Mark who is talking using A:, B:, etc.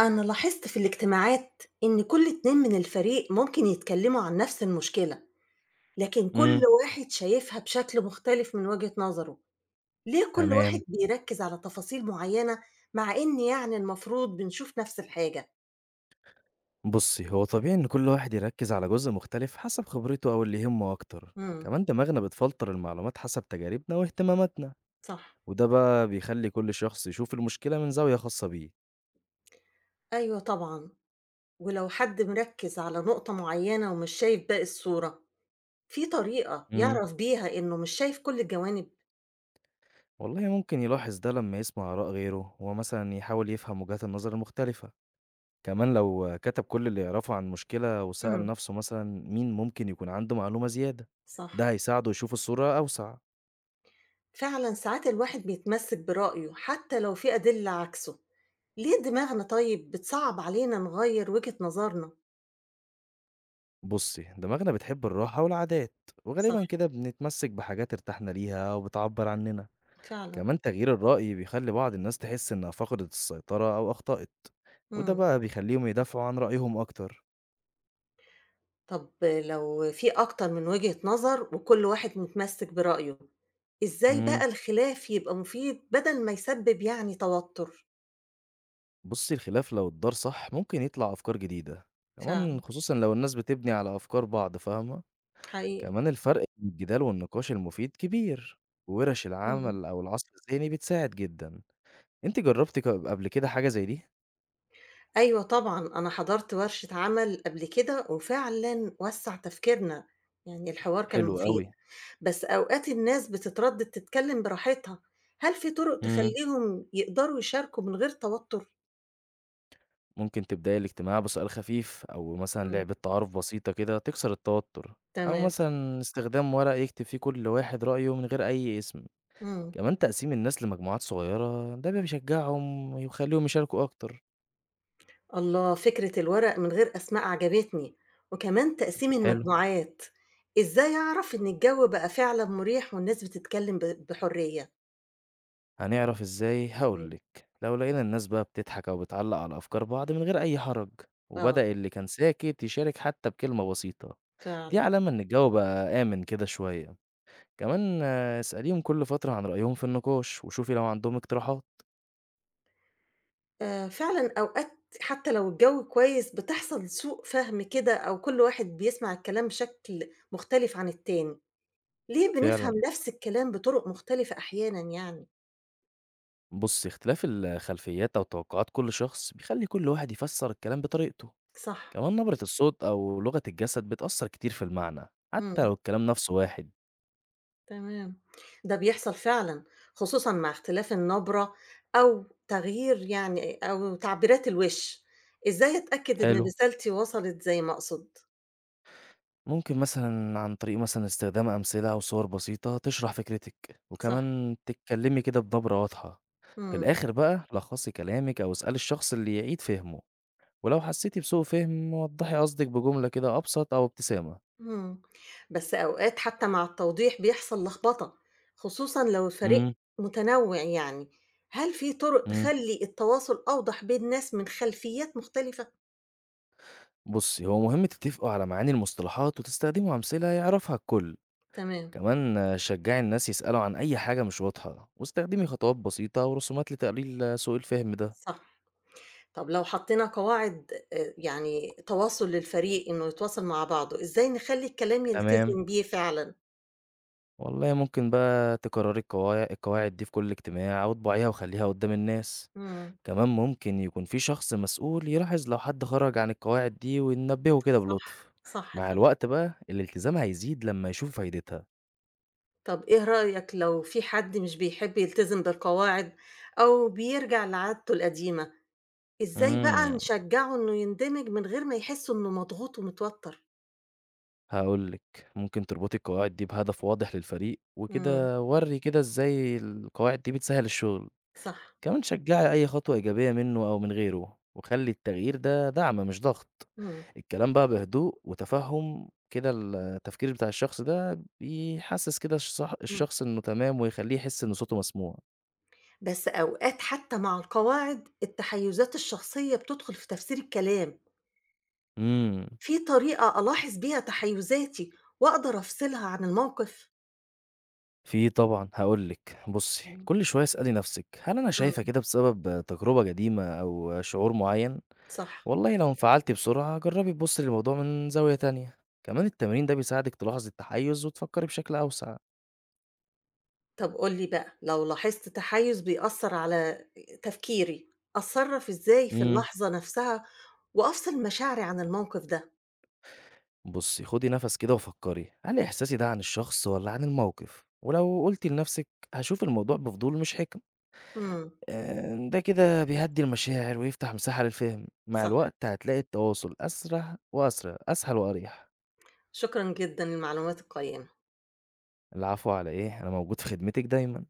A: أنا لاحظت في الاجتماعات إن كل اتنين من الفريق ممكن يتكلموا عن نفس المشكلة، لكن كل
B: إمم،
A: واحد شايفها بشكل مختلف من وجهة نظره، ليه كل واحد
B: تمام.
A: بيركز على تفاصيل معينة مع إن المفروض بنشوف نفس الحاجة؟
B: بُصّي، هو طبيعي إن كل واحد يركّز على جزء مختلف حسب خبرته أو اللي يهمه أكتر.
A: امم
B: كمان دماغنا بتفلتر المعلومات حسب تجاربنا واهتماماتنا،
A: صح،
B: وده بقى بيخلّي كل شخص يشوف المشكلة من زاوية خاصة بيه.
A: أيوه طبعًا، ولو حد مركز على نقطة معينة ومش شايف باقي الصورة، في طريقة
B: إمم.
A: يعرف بيها إنه مش شايف كل الجوانب؟
B: والله ممكن يلاحظ ده لمّا يسمع آراء غيره، ومثلًا يحاول يفهم وجهات النظر المختلفة. كمان لو كتب كل اللي يعرفه عن مشكلة وسأل
A: امم
B: نفسه مثلًا مين ممكن يكون عنده معلومة زيادة،
A: صح.
B: ده هيساعده يشوف الصورة أوسع.
A: فعلًا ساعات الواحد بيتمسك برأيه حتى لو في أدلة عكسه، ليه دماغنا طيب بتصعب علينا نغيّر وجهة نظرنا؟
B: بصي دماغنا بتحب الراحة والعادات،
A: صح.
B: وغالبا كده بنتمسك بحاجات ارتحنا ليها وبتعبر عننا.
A: فعلًا،
B: كمان تغيير الرأي بيخلي بعض الناس تحس إنها فقدت السيطرة أو أخطأت، وده
A: إمم،
B: بقى بيخليهم يدافعوا عن رأيهم أكتر.
A: طب لو في أكتر من وجهة نظر وكل واحد متمسك برأيه، إزاي
B: مم.
A: بقى الخلاف يبقى مفيد بدل ما يسبب توتر؟
B: بصي الخلاف لو اتدار صح ممكن يطلع أفكار جديدة. كمان
A: فعلًا،
B: خصوصا لو الناس بتبني على أفكار بعض فاهمة.
A: حقيقي،
B: كمان الفرق بين الجدال والنقاش المفيد كبير، وورش
A: إمم،
B: العمل أو العصر الذهني بتساعد جدا. انت جربتي قبل كده حاجة زي دي؟
A: أيوه طبعًا، أنا حضرت ورشة عمل قبل كده وفعلًا وسّع تفكيرنا، يعني الحوار كان
B: حلو
A: مفيد.
B: قوي.
A: بس أوقات الناس بتتردد تتكلم براحتها، هل في طرق
B: مم.
A: تخلّيهم يقدروا يشاركوا من غير توتر؟
B: ممكن تبدأي الاجتماع بسؤال خفيف أو مثلًا
A: إمم.
B: لعبة تعارف بسيطة كده تكسر التوتر، أو
A: تمام،
B: مثلًا استخدام ورق يكتب فيه كل واحد رأيه من غير أي اسم،
A: إمم،
B: كمان تقسيم الناس لمجموعات صغيرة ده بيشجعهم ويخليهم يشاركوا أكتر.
A: الله! فكرة الورق من غير أسماء عجبتني، وكمان تقسيم
B: حلو.
A: المجموعات، إزاي أعرف إن الجو بقى فعلًا مُريح والناس بتتكلم بحرية؟
B: هنعرف إزاي؟ هاقول
A: إمم.
B: لِك، لو لقينا الناس بقى بتضحك أو بتعلق على أفكار بعض من غير أي حرج،
A: آه،
B: وبدأ اللي كان ساكت يشارك حتى بكلمة بسيطة، دي
A: فعلًا،
B: علامة إن الجو بقى آمن كده شوية. كمان اسأليهم كل فترة عن رأيهم في النقاش، وشوفي لو عندهم اقتراحات.
A: فعلًا أوقات حتى لو الجو كويس بتحصل سوء فهم كده أو كل واحد بيسمع الكلام بشكل مختلف عن التاني. ليه بنفهم
B: فعلا.
A: نفس الكلام بطرق مختلفة أحيانًا؟
B: بص اختلاف الخلفيات او توقعات كل شخص بيخلي كل واحد يفسر الكلام بطريقته.
A: صح،
B: كمان نبرة الصوت او لغة الجسد بتأثر كتير في المعنى حتى لو
A: إمم،
B: الكلام نفسه واحد.
A: تمام، ده بيحصل فعلًا، خصوصًا مع اختلاف النبرة أو تغيير أو تعبيرات الوِش، إزاي أتأكد إن
B: حلو.
A: رسالتي وصلت زي ما أقصد؟
B: ممكن مثلا عن طريق مثلا استخدام امثلة او صور بسيطة تشرح فكرتك،
A: صح،
B: وكمان تتكلمي كده بنبرة واضحة. في
A: إمم،
B: الاخر بقى لخصي كلامك او اسألي الشخص اللي يعيد فهمه، ولو حسيتي بسوء فهم وضحي قصدك بجملة كده ابسط او ابتسامة.
A: إمم، بس أوقات حتى مع التوضيح بيحصل لخبطة، خصوصًا لو الفريق
B: امم
A: متنوع، هل في طرق تخلّي التواصل أوضح بين ناس من خلفيات مختلفة؟
B: بُصّي، هو مهم تتفقوا على معاني المصطلحات وتستخدموا أمثلة يعرفها الكل،
A: تمام،
B: كمان شجّعي الناس يسألوا عن أي حاجة مش واضحة، واستخدمي خطوات بسيطة ورسومات لتقليل سوء الفهم ده.
A: صح. طب لو حطينا قواعد تواصل للفريق إنه يتواصل مع بعضه، إزاي نخلّي الكلام
B: تمام،
A: يلتزم بيه فعلًا؟
B: والله ممكن بقى تكرري القواعد دي في كل اجتماع أو اطبعيها وخلّيها قدّام الناس،
A: إمم،
B: كمان ممكن يكون في شخص مسؤول يلاحظ لو حد خرج عن القواعد دي وينبهه كده
A: صح،
B: بلطف.
A: صح
B: مع
A: فعلًا.
B: الوقت بقى الالتزام هيزيد لمّا يشوف فايدتها.
A: طب إيه رأيك لو في حد مش بيحب يلتزم بالقواعد أو بيرجع لعادته القديمة، إزاي بقى
B: إمم.
A: نشجّعه إنه يندمج من غير ما يحس إنه مضغوط ومتوتر؟
B: هاقول لِك، ممكن تربطي القواعد دي بهدف واضح للفريق،
A: إمم،
B: وكده ورّي كده إزاي القواعد دي بتسهّل الشغل،
A: صح،
B: كمان شجّعي أي خطوة إيجابية منه أو من غيره، وخلّي التغيير ده دعم مش ضغط.
A: إمم،
B: الكلام بقى بهدوء وتفهُّم كده التفكير بتاع الشخص ده بيحسّس كده
A: إمم.
B: الشخص إنه تمام ويخلّيه يحس إن صوته مسموع.
A: بس أوقات حتى مع القواعد التحيُّزات الشخصية بتدخل في تفسير الكلام.
B: إمم،
A: في طريقة ألاحظ بيها تحيُّزاتي وأقدر أفصلها عن الموقف؟
B: في طبعًا، هاقول لِك، بُصّي
A: إمم.
B: كل شوية اسألي نَفْسِك هل أنا
A: إمم،
B: شايفة كده بسبب تجربة قديمة أو شعور معيّن؟
A: صح.
B: والله لو انفعلتِ بسرعة جربي تبصي للموضوع من زاوية تانية، كمان التمرين ده بيساعدك تلاحظي التحيز وتفكري بشكل أوسع.
A: طب قُل لي بقى لو لاحظت تحيُّز بيأثّر على تفكيري، أتصرّف إزاي في
B: امم
A: اللحظة نفسها وأفصل مشاعري عن الموقف ده؟
B: بصي خدي نفس كده وفكري هل إحساسي ده عن الشخص ولا عن الموقف؟ ولو قلتي لنفسك هشوف الموضوع بفضول مش حكم.
A: إمم،
B: ده كده بيهدي المشاعر ويفتح مساحة للفهم. مع
A: صح.
B: الوقت هتلاقي التواصل أسرع أسهل وأريح.
A: شكرًا جدًا للمعلومات القيّمة.
B: العفو على إيه، أنا موجود في خدمتك دايما.